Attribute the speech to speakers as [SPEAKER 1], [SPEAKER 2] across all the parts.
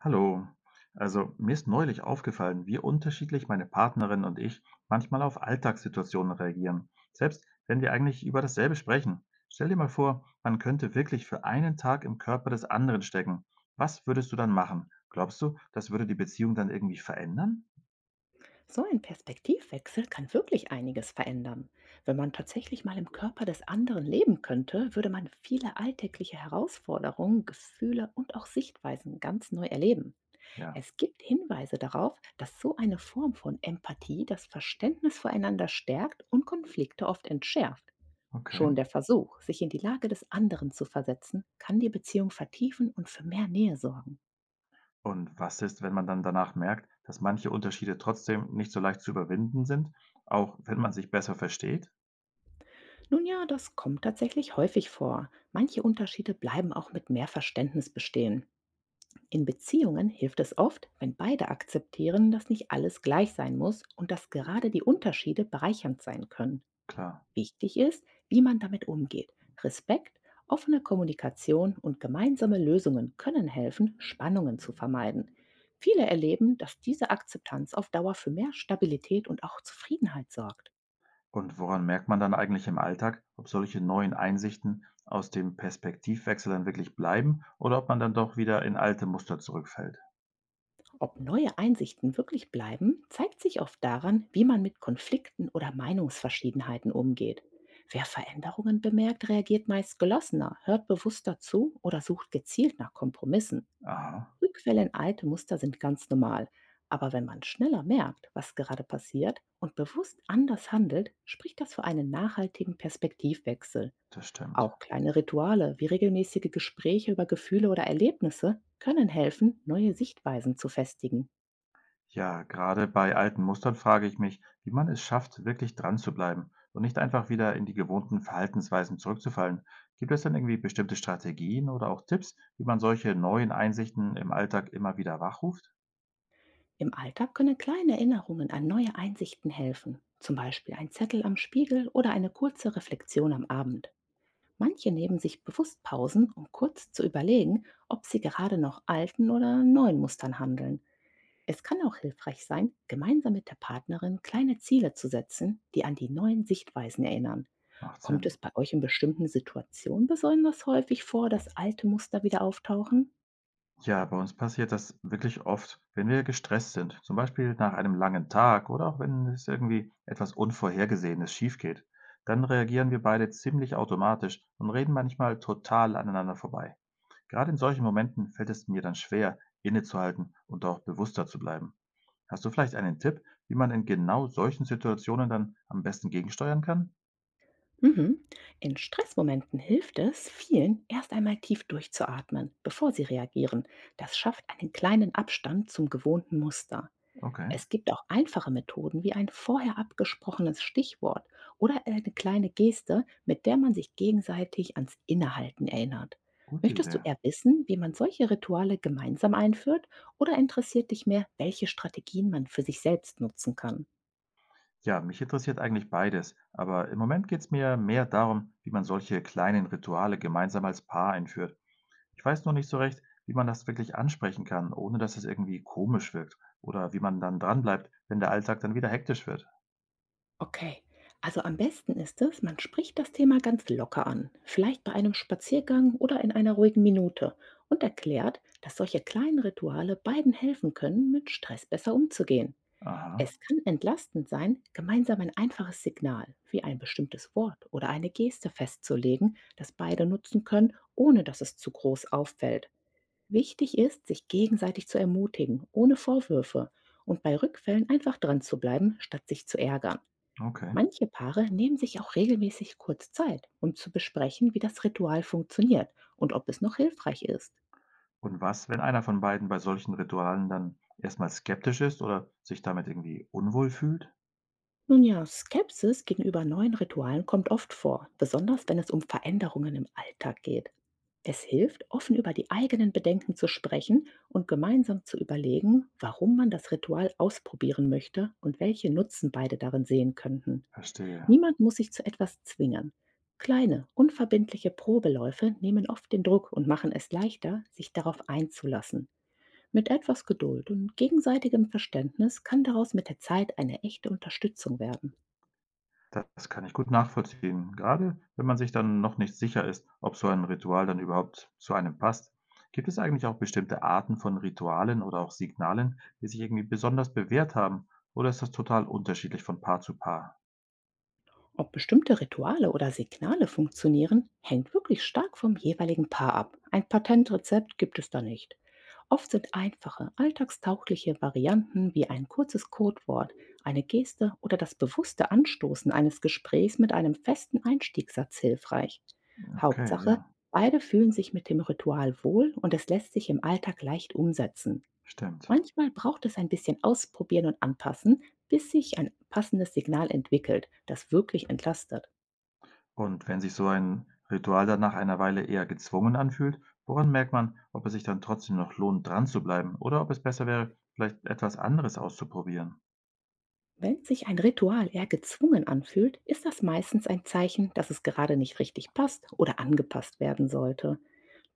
[SPEAKER 1] Hallo. Also mir ist neulich aufgefallen, wie unterschiedlich meine Partnerin und ich manchmal auf Alltagssituationen reagieren, selbst wenn wir eigentlich über dasselbe sprechen. Stell dir mal vor, man könnte wirklich für einen Tag im Körper des anderen stecken. Was würdest du dann machen? Glaubst du, das würde die Beziehung dann irgendwie verändern?
[SPEAKER 2] So ein Perspektivwechsel kann wirklich einiges verändern. Wenn man tatsächlich mal im Körper des anderen leben könnte, würde man viele alltägliche Herausforderungen, Gefühle und auch Sichtweisen ganz neu erleben.
[SPEAKER 1] Ja,
[SPEAKER 2] Es gibt Hinweise darauf, dass so eine Form von Empathie das Verständnis füreinander stärkt und Konflikte oft entschärft.
[SPEAKER 1] okay.
[SPEAKER 2] Schon der Versuch, sich in die Lage des anderen zu versetzen, kann die Beziehung vertiefen und für mehr Nähe sorgen.
[SPEAKER 1] Und was ist, wenn man dann danach merkt, dass manche Unterschiede trotzdem nicht so leicht zu überwinden sind, auch wenn man sich besser versteht?
[SPEAKER 2] Nun ja, das kommt tatsächlich häufig vor. Manche Unterschiede bleiben auch mit mehr Verständnis bestehen. In Beziehungen hilft es oft, wenn beide akzeptieren, dass nicht alles gleich sein muss und dass gerade die Unterschiede bereichernd sein können.
[SPEAKER 1] Klar.
[SPEAKER 2] Wichtig ist, wie man damit umgeht. Respekt, offene Kommunikation und gemeinsame Lösungen können helfen, Spannungen zu vermeiden. Viele erleben, dass diese Akzeptanz auf Dauer für mehr Stabilität und auch Zufriedenheit sorgt.
[SPEAKER 1] Und woran merkt man dann eigentlich im Alltag, ob solche neuen Einsichten aus dem Perspektivwechsel dann wirklich bleiben oder ob man dann doch wieder in alte Muster zurückfällt?
[SPEAKER 2] Ob neue Einsichten wirklich bleiben, zeigt sich oft daran, wie man mit Konflikten oder Meinungsverschiedenheiten umgeht. Wer Veränderungen bemerkt, reagiert meist gelassener, hört bewusster zu oder sucht gezielt nach Kompromissen.
[SPEAKER 1] Aha,
[SPEAKER 2] Rückfälle in alte Muster sind ganz normal. Aber wenn man schneller merkt, was gerade passiert und bewusst anders handelt, spricht das für einen nachhaltigen Perspektivwechsel.
[SPEAKER 1] das stimmt.
[SPEAKER 2] Auch kleine Rituale wie regelmäßige Gespräche über Gefühle oder Erlebnisse können helfen, neue Sichtweisen zu festigen.
[SPEAKER 1] Ja, gerade bei alten Mustern frage ich mich, wie man es schafft, wirklich dran zu bleiben und nicht einfach wieder in die gewohnten Verhaltensweisen zurückzufallen. Gibt es denn irgendwie bestimmte Strategien oder auch Tipps, wie man solche neuen Einsichten im Alltag immer wieder wachruft?
[SPEAKER 2] Im Alltag können kleine Erinnerungen an neue Einsichten helfen, zum Beispiel ein Zettel am Spiegel oder eine kurze Reflexion am Abend. Manche nehmen sich bewusst Pausen, um kurz zu überlegen, ob sie gerade noch alten oder neuen Mustern handeln. Es kann auch hilfreich sein, gemeinsam mit der Partnerin kleine Ziele zu setzen, die an die neuen Sichtweisen erinnern.
[SPEAKER 1] Macht
[SPEAKER 2] Kommt
[SPEAKER 1] Sinn.
[SPEAKER 2] es bei euch in bestimmten Situationen besonders häufig vor, dass alte Muster wieder auftauchen?
[SPEAKER 1] Ja, bei uns passiert das wirklich oft, wenn wir gestresst sind, zum Beispiel nach einem langen Tag oder auch wenn es irgendwie etwas Unvorhergesehenes schiefgeht. Dann reagieren wir beide ziemlich automatisch und reden manchmal total aneinander vorbei. Gerade in solchen Momenten fällt es mir dann schwer, innezuhalten und auch bewusster zu bleiben. Hast du vielleicht einen Tipp, wie man in genau solchen Situationen dann am besten gegensteuern kann?
[SPEAKER 2] Mhm. In Stressmomenten hilft es vielen, erst einmal tief durchzuatmen, bevor sie reagieren. Das schafft einen kleinen Abstand zum gewohnten Muster.
[SPEAKER 1] Okay,
[SPEAKER 2] Es gibt auch einfache Methoden wie ein vorher abgesprochenes Stichwort oder eine kleine Geste, mit der man sich gegenseitig ans Innehalten erinnert.
[SPEAKER 1] gute
[SPEAKER 2] Möchtest du
[SPEAKER 1] Idee.
[SPEAKER 2] eher wissen, wie man solche Rituale gemeinsam einführt oder interessiert dich mehr, welche Strategien man für sich selbst nutzen kann?
[SPEAKER 1] Ja, mich interessiert eigentlich beides, aber im Moment geht es mir mehr darum, wie man solche kleinen Rituale gemeinsam als Paar einführt. Ich weiß noch nicht so recht, wie man das wirklich ansprechen kann, ohne dass es irgendwie komisch wirkt oder wie man dann dranbleibt, wenn der Alltag dann wieder hektisch wird.
[SPEAKER 2] Okay, also am besten ist es, man spricht das Thema ganz locker an, vielleicht bei einem Spaziergang oder in einer ruhigen Minute und erklärt, dass solche kleinen Rituale beiden helfen können, mit Stress besser umzugehen.
[SPEAKER 1] Aha,
[SPEAKER 2] Es kann entlastend sein, gemeinsam ein einfaches Signal wie ein bestimmtes Wort oder eine Geste festzulegen, das beide nutzen können, ohne dass es zu groß auffällt. Wichtig ist, sich gegenseitig zu ermutigen, ohne Vorwürfe und bei Rückfällen einfach dran zu bleiben, statt sich zu ärgern.
[SPEAKER 1] okay.
[SPEAKER 2] Manche Paare nehmen sich auch regelmäßig kurz Zeit, um zu besprechen, wie das Ritual funktioniert und ob es noch hilfreich ist.
[SPEAKER 1] Und was, wenn einer von beiden bei solchen Ritualen dann erstmal skeptisch ist oder sich damit irgendwie unwohl fühlt?
[SPEAKER 2] Nun ja, Skepsis gegenüber neuen Ritualen kommt oft vor, besonders wenn es um Veränderungen im Alltag geht. Es hilft, offen über die eigenen Bedenken zu sprechen und gemeinsam zu überlegen, warum man das Ritual ausprobieren möchte und welche Nutzen beide darin sehen könnten.
[SPEAKER 1] Verstehe.
[SPEAKER 2] Niemand muss sich zu etwas zwingen. Kleine, unverbindliche Probeläufe nehmen oft den Druck und machen es leichter, sich darauf einzulassen. Mit etwas Geduld und gegenseitigem Verständnis kann daraus mit der Zeit eine echte Unterstützung werden.
[SPEAKER 1] Das kann ich gut nachvollziehen. Gerade wenn man sich dann noch nicht sicher ist, ob so ein Ritual dann überhaupt zu einem passt. Gibt es eigentlich auch bestimmte Arten von Ritualen oder auch Signalen, die sich irgendwie besonders bewährt haben? Oder ist das total unterschiedlich von Paar zu Paar?
[SPEAKER 2] Ob bestimmte Rituale oder Signale funktionieren, hängt wirklich stark vom jeweiligen Paar ab. Ein Patentrezept gibt es da nicht. Oft sind einfache, alltagstaugliche Varianten wie ein kurzes Codewort, eine Geste oder das bewusste Anstoßen eines Gesprächs mit einem festen Einstiegssatz hilfreich.
[SPEAKER 1] Okay,
[SPEAKER 2] Hauptsache,
[SPEAKER 1] ja,
[SPEAKER 2] beide fühlen sich mit dem Ritual wohl und es lässt sich im Alltag leicht umsetzen.
[SPEAKER 1] stimmt.
[SPEAKER 2] Manchmal braucht es ein bisschen Ausprobieren und Anpassen, bis sich ein passendes Signal entwickelt, das wirklich entlastet.
[SPEAKER 1] Und wenn sich so ein Ritual dann nach einer Weile eher gezwungen anfühlt, woran merkt man, ob es sich dann trotzdem noch lohnt, dran zu bleiben oder ob es besser wäre, vielleicht etwas anderes auszuprobieren?
[SPEAKER 2] Wenn sich ein Ritual eher gezwungen anfühlt, ist das meistens ein Zeichen, dass es gerade nicht richtig passt oder angepasst werden sollte.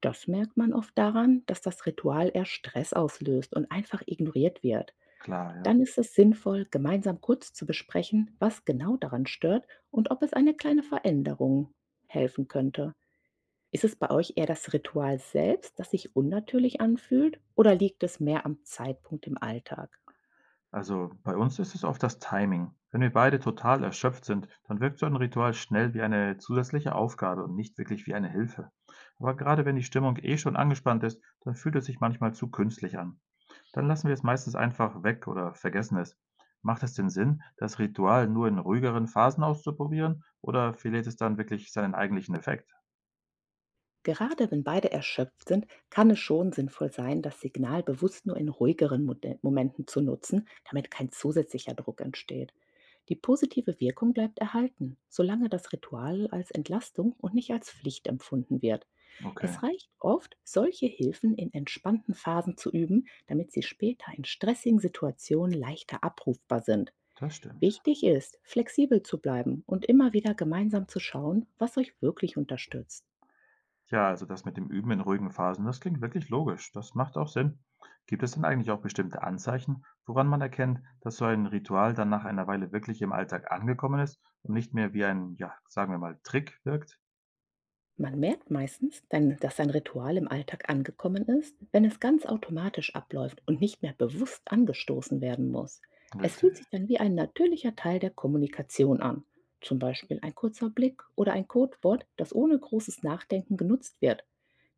[SPEAKER 2] Das merkt man oft daran, dass das Ritual eher Stress auslöst und einfach ignoriert wird.
[SPEAKER 1] Klar, ja.
[SPEAKER 2] Dann ist es sinnvoll, gemeinsam kurz zu besprechen, was genau daran stört und ob es eine kleine Veränderung helfen könnte. Ist es bei euch eher das Ritual selbst, das sich unnatürlich anfühlt, oder liegt es mehr am Zeitpunkt im Alltag?
[SPEAKER 1] Also bei uns ist es oft das Timing. Wenn wir beide total erschöpft sind, dann wirkt so ein Ritual schnell wie eine zusätzliche Aufgabe und nicht wirklich wie eine Hilfe. Aber gerade wenn die Stimmung eh schon angespannt ist, dann fühlt es sich manchmal zu künstlich an. Dann lassen wir es meistens einfach weg oder vergessen es. Macht es denn Sinn, das Ritual nur in ruhigeren Phasen auszuprobieren oder verliert es dann wirklich seinen eigentlichen Effekt?
[SPEAKER 2] Gerade wenn beide erschöpft sind, kann es schon sinnvoll sein, das Signal bewusst nur in ruhigeren Momenten zu nutzen, damit kein zusätzlicher Druck entsteht. Die positive Wirkung bleibt erhalten, solange das Ritual als Entlastung und nicht als Pflicht empfunden wird.
[SPEAKER 1] Okay,
[SPEAKER 2] Es reicht oft, solche Hilfen in entspannten Phasen zu üben, damit sie später in stressigen Situationen leichter abrufbar sind.
[SPEAKER 1] das stimmt.
[SPEAKER 2] Wichtig ist, flexibel zu bleiben und immer wieder gemeinsam zu schauen, was euch wirklich unterstützt.
[SPEAKER 1] Ja, also das mit dem Üben in ruhigen Phasen, das klingt wirklich logisch. Das macht auch Sinn. Gibt es denn eigentlich auch bestimmte Anzeichen, woran man erkennt, dass so ein Ritual dann nach einer Weile wirklich im Alltag angekommen ist und nicht mehr wie ein, ja, sagen wir mal, Trick wirkt?
[SPEAKER 2] Man merkt meistens dann, dass ein Ritual im Alltag angekommen ist, wenn es ganz automatisch abläuft und nicht mehr bewusst angestoßen werden muss. Es
[SPEAKER 1] Richtig,
[SPEAKER 2] fühlt sich dann wie ein natürlicher Teil der Kommunikation an. Zum Beispiel ein kurzer Blick oder ein Codewort, das ohne großes Nachdenken genutzt wird.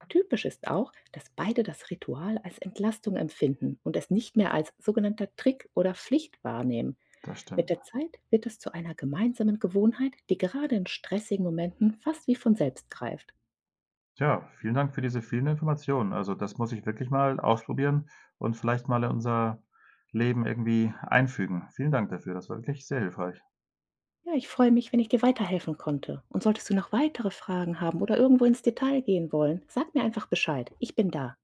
[SPEAKER 2] Typisch ist auch, dass beide das Ritual als Entlastung empfinden und es nicht mehr als sogenannter Trick oder Pflicht wahrnehmen.
[SPEAKER 1] das
[SPEAKER 2] Mit
[SPEAKER 1] stimmt.
[SPEAKER 2] der Zeit wird das zu einer gemeinsamen Gewohnheit, die gerade in stressigen Momenten fast wie von selbst greift.
[SPEAKER 1] Ja, vielen Dank für diese vielen Informationen. Also das muss ich wirklich mal ausprobieren und vielleicht mal in unser Leben irgendwie einfügen. Vielen Dank dafür. Das war wirklich sehr hilfreich.
[SPEAKER 2] Ja, ich freue mich, wenn ich dir weiterhelfen konnte. Und solltest du noch weitere Fragen haben oder irgendwo ins Detail gehen wollen, sag mir einfach Bescheid. Ich bin da.